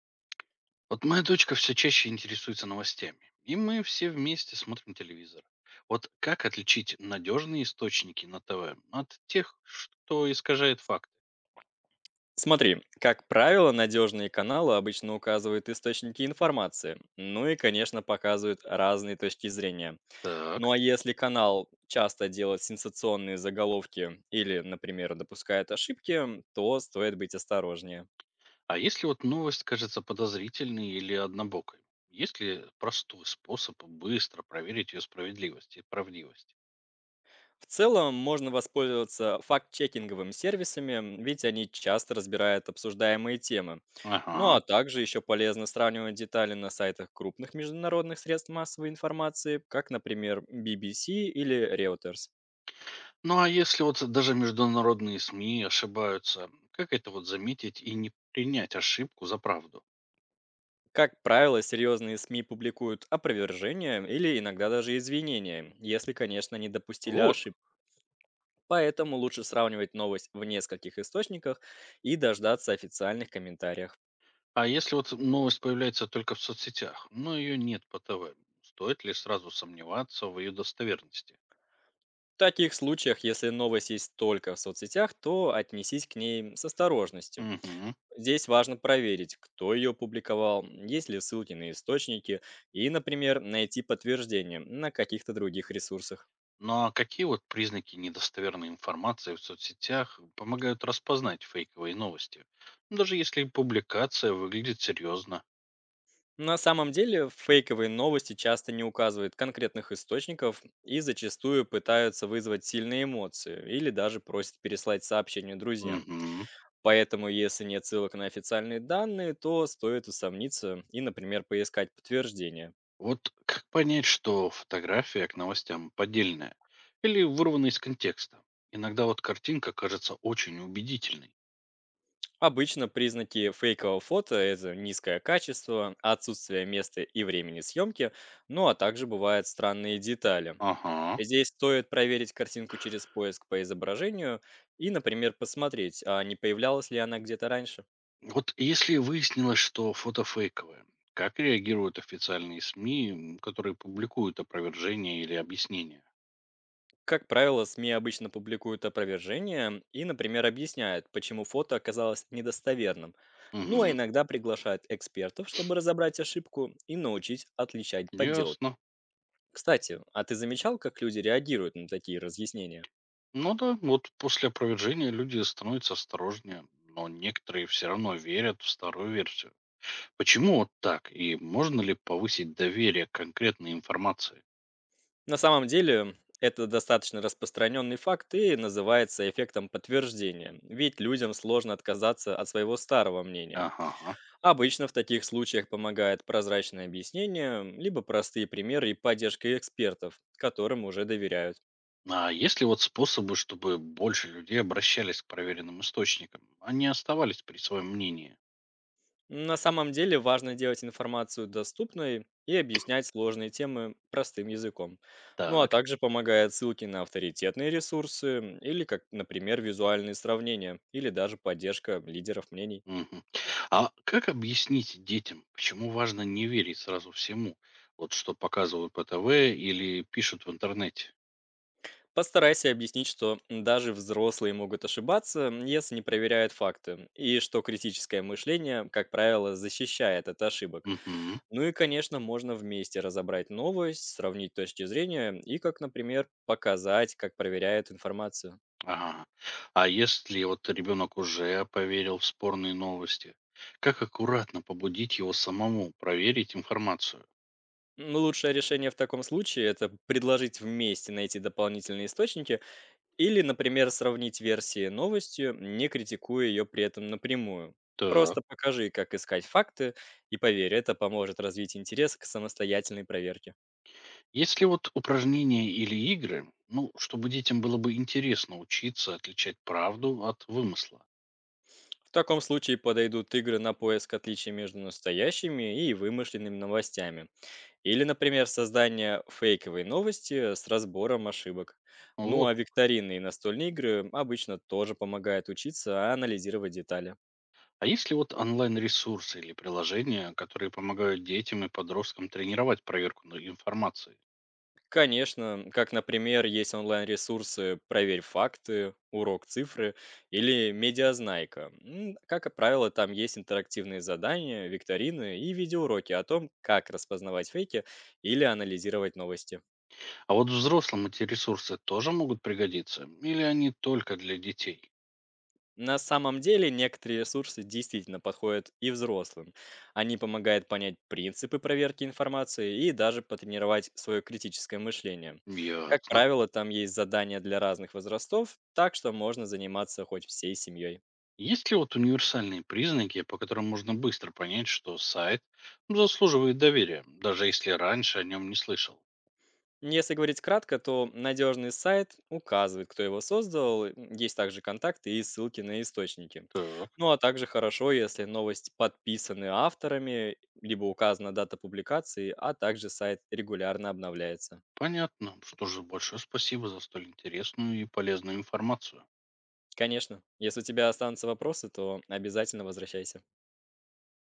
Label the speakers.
Speaker 1: Вот моя дочка все чаще интересуется новостями, и мы все вместе смотрим телевизор. Вот как отличить надежные источники на ТВ от тех, что искажает факты?
Speaker 2: Смотри, как правило, надежные каналы обычно указывают источники информации, ну и, конечно, показывают разные точки зрения. Ну
Speaker 1: Так,
Speaker 2: а если канал часто делает сенсационные заголовки или, например, допускает ошибки, то стоит быть осторожнее.
Speaker 1: а если вот новость кажется подозрительной или однобокой? Есть ли простой способ быстро проверить ее справедливость и правдивость?
Speaker 2: В целом можно воспользоваться факт-чекинговыми сервисами, ведь они часто разбирают обсуждаемые темы. Ну
Speaker 1: Ага.
Speaker 2: а также еще полезно сравнивать детали на сайтах крупных международных средств массовой информации, как, например, BBC или Reuters.
Speaker 1: Ну а если вот даже международные СМИ ошибаются, как это вот заметить и не принять ошибку за правду?
Speaker 2: Как правило, серьезные СМИ публикуют опровержения или иногда даже извинения, если, конечно, не допустили
Speaker 1: Вот.
Speaker 2: ошибок. Поэтому лучше сравнивать новость в нескольких источниках и дождаться официальных комментариев.
Speaker 1: А если вот новость появляется только в соцсетях, но ее нет по ТВ, стоит ли сразу сомневаться в ее достоверности?
Speaker 2: В таких случаях, если новость есть только в соцсетях, то отнесись к ней с осторожностью.
Speaker 1: Мгм.
Speaker 2: Здесь важно проверить, кто ее публиковал, есть ли ссылки на источники и, например, найти подтверждение на каких-то других ресурсах.
Speaker 1: Ну а какие вот признаки недостоверной информации в соцсетях помогают распознать фейковые новости? Ну, даже если публикация выглядит серьезно.
Speaker 2: На самом деле фейковые новости часто не указывают конкретных источников и зачастую пытаются вызвать сильные эмоции или даже просят переслать сообщение друзьям.
Speaker 1: Мгм.
Speaker 2: Поэтому, если нет ссылок на официальные данные, то стоит усомниться и, например, поискать подтверждение.
Speaker 1: Вот как понять, что фотография к новостям поддельная или вырвана из контекста? Иногда вот картинка кажется очень убедительной.
Speaker 2: Обычно признаки фейкового фото – это низкое качество, отсутствие места и времени съемки, ну а также бывают странные детали.
Speaker 1: Ага.
Speaker 2: Здесь стоит проверить картинку через поиск по изображению и, например, посмотреть, а не появлялась ли она где-то раньше.
Speaker 1: Вот если выяснилось, что фото фейковое, как реагируют официальные СМИ, которые публикуют опровержение или объяснение?
Speaker 2: Как правило, СМИ обычно публикуют опровержение и, например, объясняют, почему фото оказалось недостоверным. Ну а
Speaker 1: Мгм.
Speaker 2: иногда приглашают экспертов, чтобы разобрать ошибку и научить отличать подделки.
Speaker 1: Ясно.
Speaker 2: Кстати, а ты замечал, как люди реагируют на такие разъяснения?
Speaker 1: Ну да, вот после опровержения люди становятся осторожнее, но некоторые все равно верят в старую версию. Почему вот так? И можно ли повысить доверие к конкретной информации?
Speaker 2: На самом деле, это достаточно распространенный факт и называется эффектом подтверждения, ведь людям сложно отказаться от своего старого мнения.
Speaker 1: Ага.
Speaker 2: Обычно в таких случаях помогает прозрачное объяснение, либо простые примеры и поддержка экспертов, которым уже доверяют.
Speaker 1: А есть ли вот способы, чтобы больше людей обращались к проверенным источникам, а не оставались при своем мнении?
Speaker 2: На самом деле важно делать информацию доступной и объяснять сложные темы простым языком. Ну а
Speaker 1: Так.
Speaker 2: также помогает ссылки на авторитетные ресурсы или, как, например, визуальные сравнения или даже поддержка лидеров мнений.
Speaker 1: Мгм. А как объяснить детям, почему важно не верить сразу всему, вот что показывают по ТВ или пишут в интернете?
Speaker 2: Постарайся объяснить, что даже взрослые могут ошибаться, если не проверяют факты, и что критическое мышление, как правило, защищает от ошибок.
Speaker 1: Мгм.
Speaker 2: Ну и, конечно, можно вместе разобрать новость, сравнить точки зрения и, как, например, показать, как проверяют информацию.
Speaker 1: Ага. А если вот ребенок уже поверил в спорные новости, как аккуратно побудить его самому проверить информацию?
Speaker 2: Лучшее решение в таком случае – это предложить вместе найти дополнительные источники или, например, сравнить версии новостью, не критикуя ее при этом напрямую.
Speaker 1: Так.
Speaker 2: Просто покажи, как искать факты, и поверь, это поможет развить интерес к самостоятельной проверке.
Speaker 1: Есть ли вот упражнения или игры, ну, чтобы детям было бы интересно учиться отличать правду от вымысла?
Speaker 2: В таком случае подойдут игры на поиск отличий между настоящими и вымышленными новостями или, например, создание фейковой новости с разбором ошибок. Ну
Speaker 1: Вот.
Speaker 2: а викторины и настольные игры обычно тоже помогают учиться анализировать детали.
Speaker 1: А есть ли вот онлайн-ресурсы или приложения, которые помогают детям и подросткам тренировать проверку на информации?
Speaker 2: Конечно, как, например, есть онлайн-ресурсы «Проверь факты», «Урок цифры» или «Медиазнайка». Как правило, там есть интерактивные задания, викторины и видеоуроки о том, как распознавать фейки или анализировать новости.
Speaker 1: А вот взрослым эти ресурсы тоже могут пригодиться? Или они только для детей?
Speaker 2: На самом деле некоторые ресурсы действительно подходят и взрослым. Они помогают понять принципы проверки информации и даже потренировать свое критическое мышление. Как
Speaker 1: Ясно.
Speaker 2: правило, там есть задания для разных возрастов, так что можно заниматься хоть всей семьей.
Speaker 1: Есть ли вот универсальные признаки, по которым можно быстро понять, что сайт заслуживает доверия, даже если раньше о нем не слышал?
Speaker 2: Ну, если говорить кратко, то надежный сайт указывает, кто его создал, есть также контакты и ссылки на источники.
Speaker 1: Так,
Speaker 2: Ну а также хорошо, если новость подписаны авторами, либо указана дата публикации, а также сайт регулярно обновляется.
Speaker 1: понятно. Что же, большое спасибо за столь интересную и полезную информацию.
Speaker 2: Конечно, если у тебя останутся вопросы, то обязательно возвращайся.